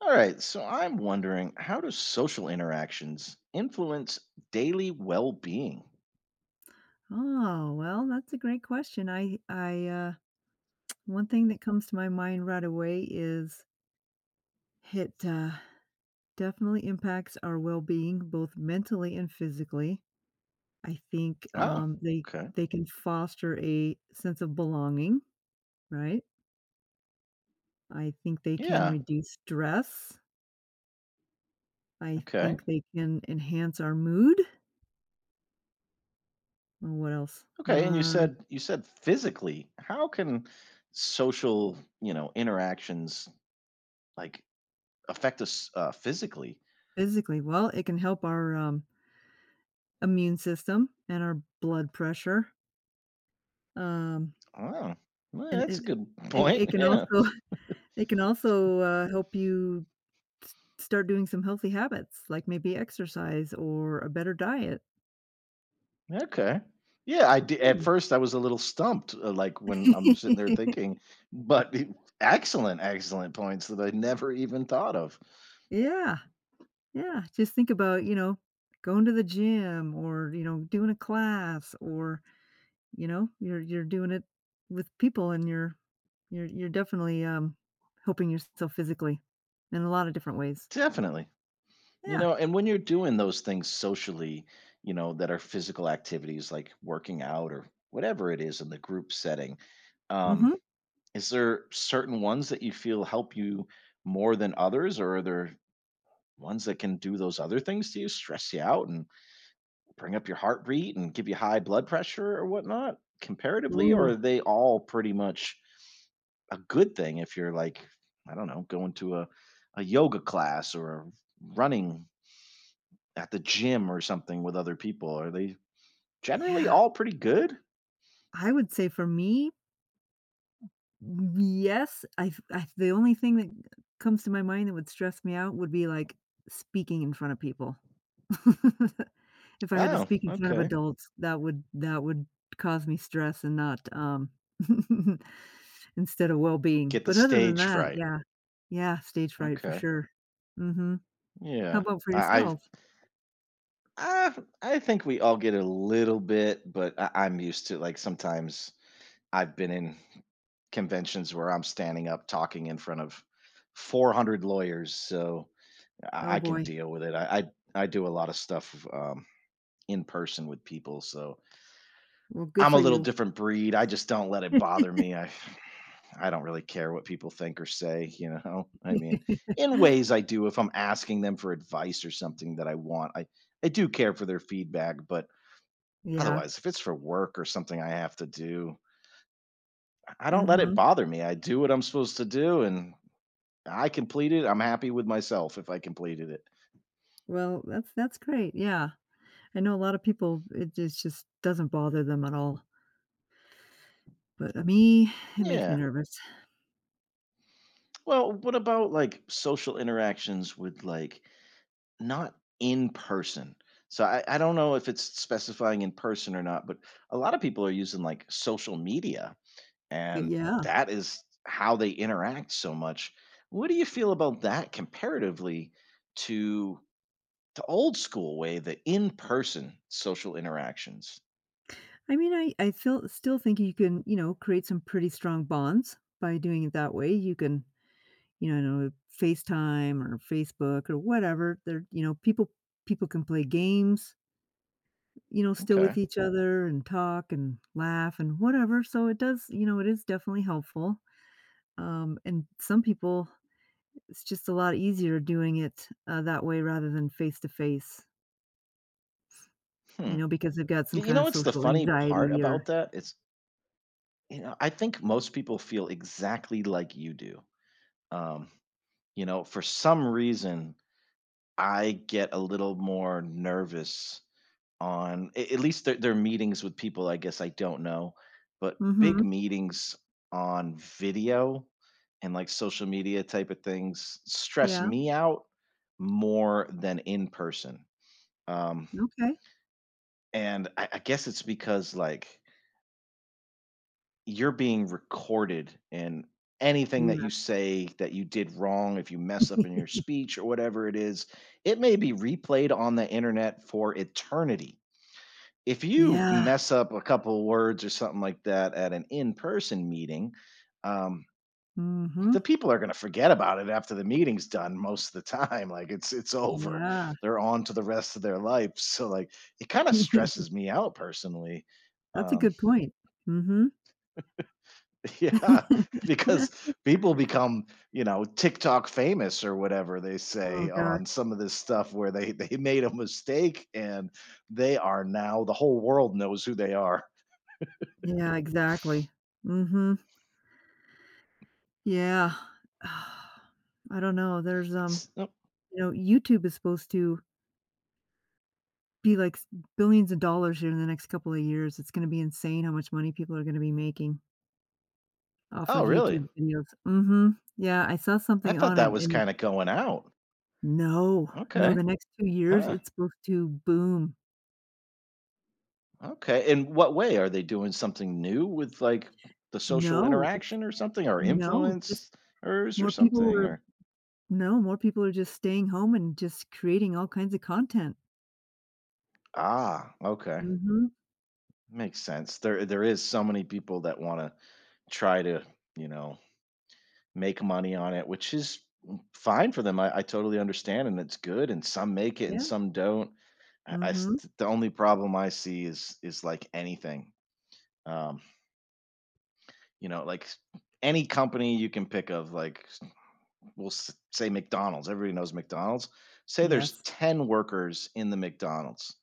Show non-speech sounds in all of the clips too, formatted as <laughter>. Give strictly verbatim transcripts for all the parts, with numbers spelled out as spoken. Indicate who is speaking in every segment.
Speaker 1: All right, so I'm wondering, how do social interactions influence daily well-being?
Speaker 2: Oh, well, that's a great question. I I uh <tsk> one thing that comes to my mind right away is it uh, definitely impacts our well-being both mentally and physically. I think
Speaker 1: Oh,
Speaker 2: um they
Speaker 1: okay.
Speaker 2: they can foster a sense of belonging, right? I think they can
Speaker 1: Yeah.
Speaker 2: reduce stress. I
Speaker 1: Okay.
Speaker 2: think they can enhance our mood. Oh, what else?
Speaker 1: Okay, and you
Speaker 2: Um
Speaker 1: said you said physically. How can social, you know, interactions like affect us uh, physically?
Speaker 2: physically, well, it can help our um immune system and our blood pressure. Um
Speaker 1: Oh, well,
Speaker 2: And
Speaker 1: that's a
Speaker 2: it
Speaker 1: good
Speaker 2: it it
Speaker 1: point. <laughs>
Speaker 2: can
Speaker 1: Yeah.
Speaker 2: also <laughs> it can also, uh, help you s start doing some healthy habits, like maybe exercise or a better diet.
Speaker 1: Okay. Yeah, I did. At
Speaker 2: Mm.
Speaker 1: first, I was a little stumped, uh, like when I'm sitting there
Speaker 2: <laughs>
Speaker 1: thinking, but <laughs> it- excellent, excellent points that I never even thought of.
Speaker 2: Yeah, yeah, just think about, you know, going to the gym, or, you know, doing a class, or, you know, you're you're doing it with people and you're you're you're definitely, um, helping yourself physically in a lot of different ways.
Speaker 1: Definitely. You
Speaker 2: Yeah.
Speaker 1: know, and when you're doing those things socially, you know, that are physical activities like working out or whatever it is in the group setting,
Speaker 2: mm
Speaker 1: um,
Speaker 2: Mhm.
Speaker 1: is there certain ones that you feel help you more than others, or are there ones that can do those other things to you, stress you out and bring up your heartbeat and give you high blood pressure or whatnot comparatively, or
Speaker 2: Ooh,
Speaker 1: are they all pretty much a good thing if you're like, I don't know, going to a, a yoga class or a running at the gym or something with other people? Are they generally
Speaker 2: yeah.
Speaker 1: all pretty good?
Speaker 2: I would say for me yes, I th I the only thing that comes to my mind that would stress me out would be, like, speaking in front of people. <laughs> If I had to
Speaker 1: Wow,
Speaker 2: speak in front of
Speaker 1: okay.
Speaker 2: adults, that would that would cause me stress and not, um <laughs> instead of well-being,
Speaker 1: Get the
Speaker 2: but other than
Speaker 1: stage
Speaker 2: that,
Speaker 1: fright.
Speaker 2: yeah, yeah, stage fright for
Speaker 1: Okay.
Speaker 2: sure. Mhm. How
Speaker 1: Yeah.
Speaker 2: about for
Speaker 1: I I've
Speaker 2: yourself?
Speaker 1: uh, I think we all get a little bit, but I, I'm used to like sometimes I've been in conventions where I'm standing up talking in front of four hundred lawyers, so I,
Speaker 2: Oh
Speaker 1: I can
Speaker 2: boy,
Speaker 1: deal with it. I, I I do a lot of stuff um, in person with people, so
Speaker 2: well, good
Speaker 1: I'm a
Speaker 2: for
Speaker 1: little
Speaker 2: you.
Speaker 1: different breed. I just don't let it bother me. I I don't really care what people think or say, you know? <laughs> I mean,
Speaker 2: <laughs>
Speaker 1: in ways I do if I'm asking them for advice or something that I want. I I do care for their feedback, but
Speaker 2: Yeah,
Speaker 1: otherwise, if it's for work or something I have to do, I don't let it
Speaker 2: mhm.
Speaker 1: bother me. I do what I'm supposed to do and I complete it. I'm happy with myself if I completed it.
Speaker 2: Well, that's that's great, yeah. I know a lot of people, it it's just doesn't bother them at all, but uh, me, it makes me
Speaker 1: Yeah.
Speaker 2: nervous.
Speaker 1: Well, what about like social interactions with like not in person? So I, I don't know if it's specifying in person or not, but a lot of people are using like social media
Speaker 2: Y
Speaker 1: and
Speaker 2: yeah.
Speaker 1: that is how they interact so much. What do you feel about that comparatively to the old school way, the in-person social interactions?
Speaker 2: I mean, I I feel still think you can, you know, create some pretty strong bonds by doing it that way. You can, you know, FaceTime or Facebook or whatever. There you know, people people can play games. You know, still
Speaker 1: Okay.
Speaker 2: with each other and talk and laugh and whatever, so it does you know, it is definitely helpful, um, and some people, it's just a lot easier doing it, uh, that way rather than face to face,
Speaker 1: Hmm.
Speaker 2: you know, because they've got
Speaker 1: Y-
Speaker 2: some
Speaker 1: You
Speaker 2: kind
Speaker 1: know
Speaker 2: of
Speaker 1: what's the
Speaker 2: social
Speaker 1: funny part
Speaker 2: anxiety or
Speaker 1: about that? It's, you know, I think most people feel exactly like you do. Um, you know, for some reason I get a little more nervous on a, at least their their meetings with people, I guess, I don't know, but big
Speaker 2: mhm,
Speaker 1: meetings on video and, like, social media type of things stress
Speaker 2: yeah,
Speaker 1: me out more than in person. Um,
Speaker 2: okay,
Speaker 1: and I I guess it's because, like, you're being recorded, and anything that
Speaker 2: yeah.
Speaker 1: you say that you did wrong, if you mess up in your
Speaker 2: <laughs>
Speaker 1: speech or whatever it is, it may be replayed on the internet for eternity. If you
Speaker 2: Yeah,
Speaker 1: mess up a couple of words or something like that at an in-person meeting, um,
Speaker 2: mhm,
Speaker 1: the people are going to forget about it after the meeting's done most of the time. <laughs> Like it's it's over.
Speaker 2: yeah.
Speaker 1: They're on to the rest of their life. So like it kind of stresses
Speaker 2: <laughs>
Speaker 1: me out personally.
Speaker 2: That's a
Speaker 1: Um,
Speaker 2: good point. Mhm.
Speaker 1: <laughs> yeah, because
Speaker 2: <laughs>
Speaker 1: people become, you know, TikTok famous or whatever they
Speaker 2: Oh
Speaker 1: say
Speaker 2: gosh.
Speaker 1: on some of this stuff where they they made a mistake and they are now, the whole world knows who they are.
Speaker 2: Yeah, exactly. Mhm. Yeah. <sighs> I don't know, there's, um
Speaker 1: <laughs>
Speaker 2: you know, YouTube is supposed to be, like, s billions of dollars here in the next couple of years, it's gonna be insane how much money people are gonna be making off
Speaker 1: Oh,
Speaker 2: of
Speaker 1: really?
Speaker 2: YouTube videos. Mm Mhm. Yeah, I saw
Speaker 1: I
Speaker 2: something
Speaker 1: thought
Speaker 2: on
Speaker 1: that
Speaker 2: it,
Speaker 1: was
Speaker 2: and it
Speaker 1: kinda going out.
Speaker 2: no, no, the
Speaker 1: Okay.
Speaker 2: next two years,
Speaker 1: Huh.
Speaker 2: it's supposed to boom.
Speaker 1: Okay. In what way? Are they doing something new with, like, the social
Speaker 2: No, it's
Speaker 1: interaction or something or
Speaker 2: No, just
Speaker 1: influencers or
Speaker 2: more people
Speaker 1: something
Speaker 2: are
Speaker 1: or
Speaker 2: No, more people are just staying home and just creating all kinds of content.
Speaker 1: Ah, okay.
Speaker 2: Mm Mhm.
Speaker 1: Makes sense. There there is so many people that wanna try to, you know, make money on it, which is fine for them. I I totally understand, and it's good, and some make it and
Speaker 2: Yeah.
Speaker 1: some don't. I
Speaker 2: mm
Speaker 1: I s
Speaker 2: Mhm.
Speaker 1: The only problem I see is is like anything, um, you know, like s any company you can pick of, like, s we'll s say McDonald's, everybody knows McDonald's. Say there's
Speaker 2: Yes.
Speaker 1: ten workers in the McDonald's.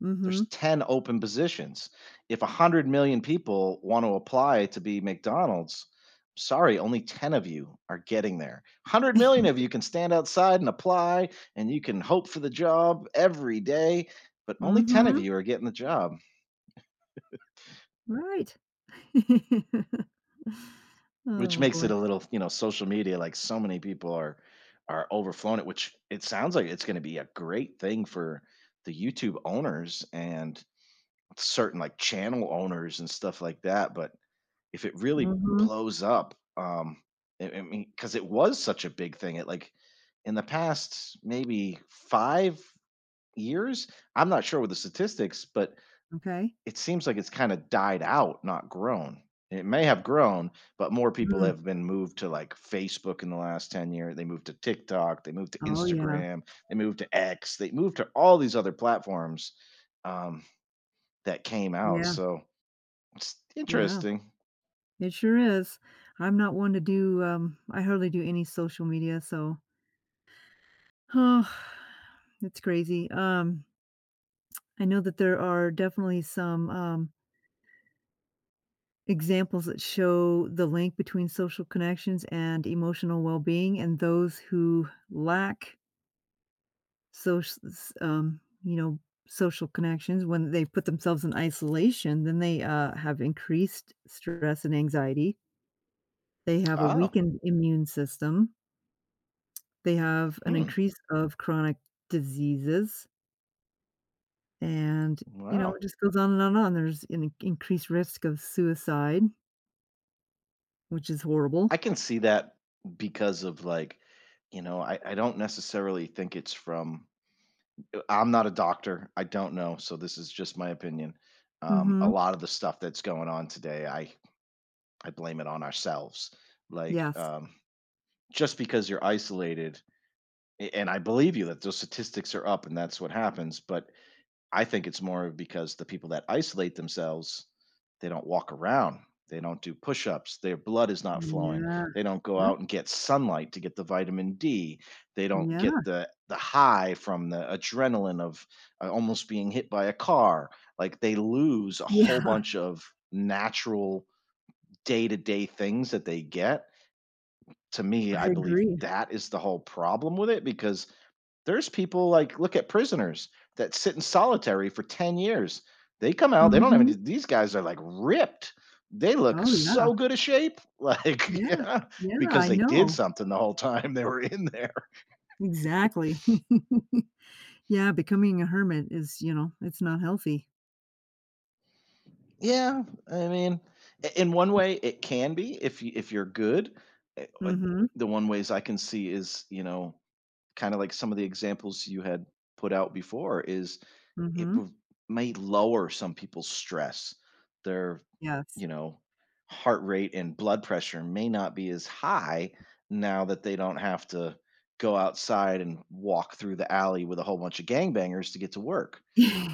Speaker 2: mm
Speaker 1: There's
Speaker 2: Mhm.
Speaker 1: ten open positions. If one hundred million people want to apply to be McDonald's, sorry, only ten of you are getting there. one hundred million of
Speaker 2: <laughs>
Speaker 1: you can stand outside and apply, and you can hope for the job every day, but only ten of
Speaker 2: Mhm.
Speaker 1: you are getting the job.
Speaker 2: Right. <laughs>
Speaker 1: Which
Speaker 2: Oh,
Speaker 1: makes it
Speaker 2: boy.
Speaker 1: a little, you know, social media, like so many people are are overflowing it, which it sounds like it's gonna be a great thing for the YouTube owners and certain like channel owners and stuff like that. But if it really
Speaker 2: Mhm.
Speaker 1: blows up, um, I I mean, because it was such a big thing, it like in the past maybe five years, I'm not sure with the statistics, but
Speaker 2: Okay.
Speaker 1: it seems like it's kinda died out, not grown. It may have grown, but more people
Speaker 2: Mm.
Speaker 1: have been moved to, like, Facebook in the last ten years. They moved to TikTok, they moved to
Speaker 2: Oh, yeah.
Speaker 1: Instagram, they moved to X, they moved to all these other platforms, um, that came out,
Speaker 2: Yeah.
Speaker 1: so it's
Speaker 2: Yeah.
Speaker 1: interesting.
Speaker 2: It sure is. I'm not one to do, um I hardly do any social media, so oh, <sighs> it's crazy. Um, I know that there are definitely some, um, examples that show the link between social connections and emotional well-being, and those who lack Soc um, you know, social connections. When they put themselves in isolation, then they, uh, have increased stress and anxiety. They have a
Speaker 1: Oh,
Speaker 2: weakened immune system. They have an
Speaker 1: hmm,
Speaker 2: increase of chronic diseases, and, you know,
Speaker 1: wow.
Speaker 2: it just goes on and on and on. There's an increased risk of suicide, which is horrible.
Speaker 1: I can see that because of, like, you know, I I don't necessarily think it's from I'm not a doctor. I don't know, so this is just my opinion. Um, a
Speaker 2: Mhm.
Speaker 1: lot of the stuff that's going on today, I I blame it on ourselves. Like,
Speaker 2: Yes.
Speaker 1: um, just because you're isolated, a- and I believe you that those statistics are up, and that's what happens. But I think it's more because the people that isolate themselves, they don't walk around, they don't do push-ups, their blood is not flowing,
Speaker 2: Yeah.
Speaker 1: they don't go
Speaker 2: Yep.
Speaker 1: out and get sunlight to get the vitamin D, they don't get
Speaker 2: Yeah.
Speaker 1: the the high from the adrenaline of, uh, almost being hit by a car, like, they lose a whole
Speaker 2: Yeah. <laughs>
Speaker 1: bunch of natural day-to-day things that they get. To me,
Speaker 2: I
Speaker 1: I believe
Speaker 2: agree.
Speaker 1: that is the whole problem with it because there's people like, look at prisoners that sit in solitary for ten years. They come out, they don't have any
Speaker 2: Mhm.
Speaker 1: these guys are like ripped. They look
Speaker 2: Oh,
Speaker 1: so
Speaker 2: yeah.
Speaker 1: good a shape, <laughs> like,
Speaker 2: Yeah.
Speaker 1: yeah,
Speaker 2: Yeah,
Speaker 1: because
Speaker 2: I
Speaker 1: they did
Speaker 2: know.
Speaker 1: something the whole time they were in there.
Speaker 2: Exactly. <laughs> Yeah, becoming a hermit is, you know, it's not healthy.
Speaker 1: Yeah, I mean, i- in one way it can be if you if you're good. Eh,
Speaker 2: mm
Speaker 1: uh,
Speaker 2: Mhm,
Speaker 1: The one ways I can see is, you know, kind of like some of the examples you had put out before is
Speaker 2: mm
Speaker 1: it
Speaker 2: mhm,
Speaker 1: will may lower some people's stress. Their,
Speaker 2: yes.
Speaker 1: you know, heart rate and blood pressure may not be as high now that they don't have to go outside and walk through the alley with a whole bunch of gangbangers to get to work,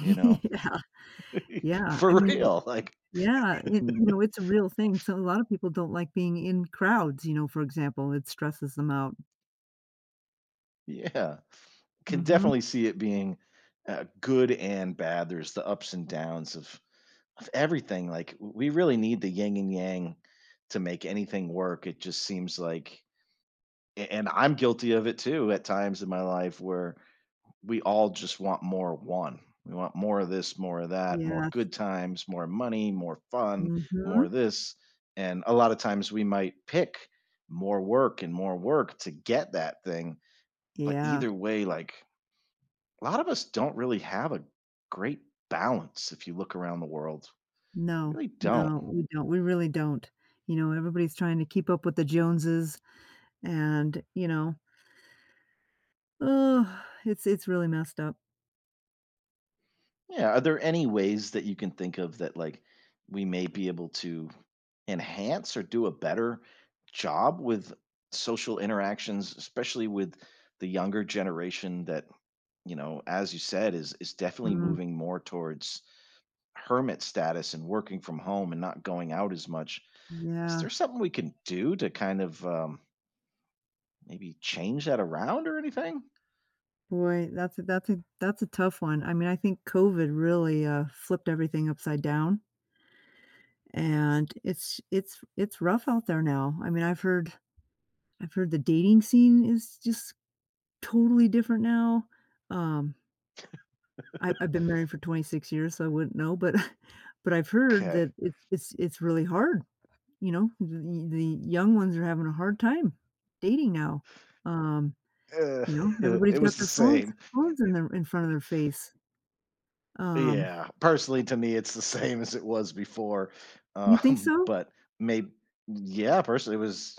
Speaker 1: you know?
Speaker 2: Yeah,
Speaker 1: <laughs>
Speaker 2: yeah, I
Speaker 1: For
Speaker 2: mean
Speaker 1: real, like,
Speaker 2: yeah, it you know, it's a real thing, so a lot of people don't like being in crowds, you know, for example, it stresses them out.
Speaker 1: yeah.
Speaker 2: Mm
Speaker 1: Can
Speaker 2: Mhm,
Speaker 1: definitely see it being, uh, good and bad. There's the ups and downs of of everything, like, we really need the yin and yang to make anything work. It just seems like a and I'm guilty of it too at times in my life where we all just want more one. We want more of this, more of that, more
Speaker 2: yes.
Speaker 1: good times, more money, more fun,
Speaker 2: mm Mhm,
Speaker 1: more this. And a lot of times we might pick more work and more work to get that thing. But
Speaker 2: yeah.
Speaker 1: either way, like a lot of us don't really have a great balance if you look around the world. We
Speaker 2: No,
Speaker 1: really don't.
Speaker 2: no, we don't, we really don't. You know, everybody's trying to keep up with the Joneses and, you know, oh, it's it's really messed up.
Speaker 1: Yeah, are there any ways that you can think of that like we may be able to enhance or do a better job with social interactions, especially with the younger generation that, you know, as you said, is is definitely
Speaker 2: Mm,
Speaker 1: moving more towards hermit status and working from home and not going out as much. Is there
Speaker 2: yeah.
Speaker 1: something we can do to kind of, um, maybe change that around or anything?
Speaker 2: Boy, that's a that's a that's a tough one. I mean, I think COVID really, uh, flipped everything upside down, and it's it's it's rough out there now. I mean, I've heard I've heard the dating scene is just totally different now. Um, I I've been married for twenty-six years, so I wouldn't know, but <laughs> but I've heard
Speaker 1: Okay.
Speaker 2: that it's it's it's really hard, you know? The the young ones are having a hard time dating now. Um,
Speaker 1: Uh,
Speaker 2: you know,
Speaker 1: <laughs>
Speaker 2: everybody's
Speaker 1: it
Speaker 2: got
Speaker 1: was the
Speaker 2: their phones
Speaker 1: same.
Speaker 2: phones in their in front of their face. Um
Speaker 1: Yeah, personally, to me, it's the same as it was before,
Speaker 2: You think
Speaker 1: um, <laughs>
Speaker 2: so?
Speaker 1: but maybe, yeah, personally, it was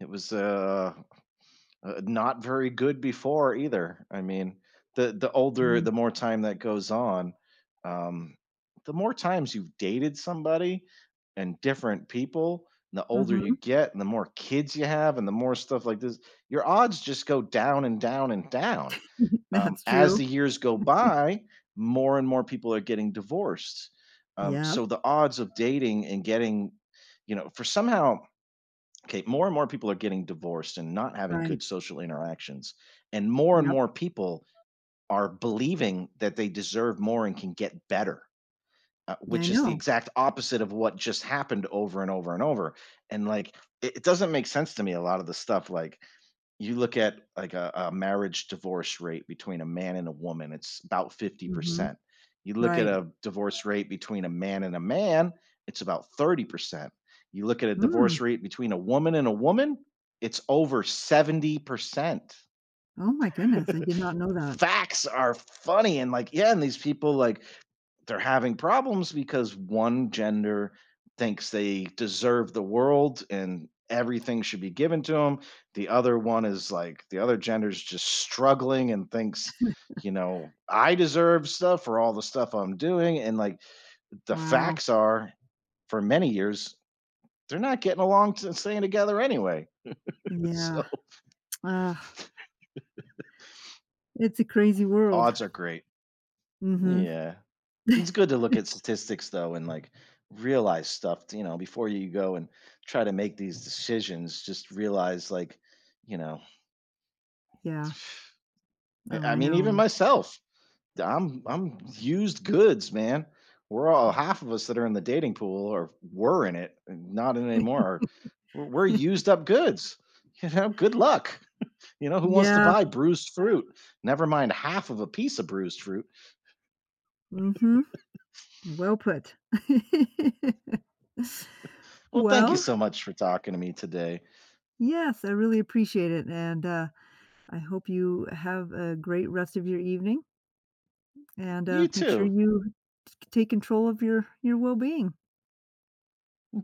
Speaker 1: it was, uh, uh, not very good before either. I mean, the the older
Speaker 2: Mm,
Speaker 1: the more time that goes on, um, the more times you've dated somebody and different people, and the older you
Speaker 2: mhm.
Speaker 1: get and the more kids you have and the more stuff like this, your odds just go down and down and down.
Speaker 2: <laughs>
Speaker 1: Um,
Speaker 2: That's
Speaker 1: as
Speaker 2: true.
Speaker 1: the years go by, more and more people are getting divorced. Um,
Speaker 2: Yep,
Speaker 1: so the odds of dating and getting, you know, for somehow, okay, more and more people are getting divorced and not having
Speaker 2: right.
Speaker 1: good social interactions. And more and
Speaker 2: Yep.
Speaker 1: more people are believing that they deserve more and can get better, uh,
Speaker 2: Yeah, I
Speaker 1: which is the
Speaker 2: know.
Speaker 1: exact opposite of what just happened over and over and over. And like, it, it doesn't make sense to me, a lot of the stuff. Like, you look at like a a marriage divorce rate between a man and a woman, it's about
Speaker 2: Mhm.
Speaker 1: fifty percent. You look at
Speaker 2: Right.
Speaker 1: a divorce rate between a man and a man, it's about thirty percent. You look at a
Speaker 2: Mm.
Speaker 1: divorce rate between a woman and a woman, it's over seventy percent.
Speaker 2: Oh my goodness, I did not know that.
Speaker 1: Facts are funny and like, yeah, and these people like they're having problems because one gender thinks they deserve the world and everything should be given to them. The other one is like the other gender's just struggling and thinks, you know, I deserve stuff for all the stuff I'm doing. And like the
Speaker 2: Wow.
Speaker 1: facts are for many years, they're not getting along to staying together anyway. <laughs>
Speaker 2: Yeah.
Speaker 1: So
Speaker 2: Ugh, it's a crazy world.
Speaker 1: odds are great.
Speaker 2: Mhm.
Speaker 1: Yeah.
Speaker 2: <laughs>
Speaker 1: It's good to look at statistics though and like realize stuff, you know, before you go and try to make these decisions, just realize like, you know,
Speaker 2: Yeah.
Speaker 1: I
Speaker 2: Oh,
Speaker 1: I
Speaker 2: I
Speaker 1: mean, even
Speaker 2: know.
Speaker 1: myself, I'm I'm used goods, man. We're all half of us that are in the dating pool or were in it, not in it anymore. Are, We're, we're
Speaker 2: <laughs>
Speaker 1: used up goods. <laughs> You know, good luck. You know, who wants to
Speaker 2: Yeah.
Speaker 1: buy bruised fruit? Never mind half of a piece of bruised fruit.
Speaker 2: Mhm. Well put. <laughs>
Speaker 1: Well, thank you
Speaker 2: Well,
Speaker 1: so much for talking to me today.
Speaker 2: yes, I really appreciate it, and, uh, I hope you have a great rest of your evening. And,
Speaker 1: You
Speaker 2: uh, make sure
Speaker 1: too.
Speaker 2: you t take control of your your well-being.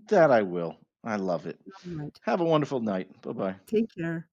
Speaker 1: That I will. I love it.
Speaker 2: Alright.
Speaker 1: Have a wonderful night. Bye bye.
Speaker 2: Take care.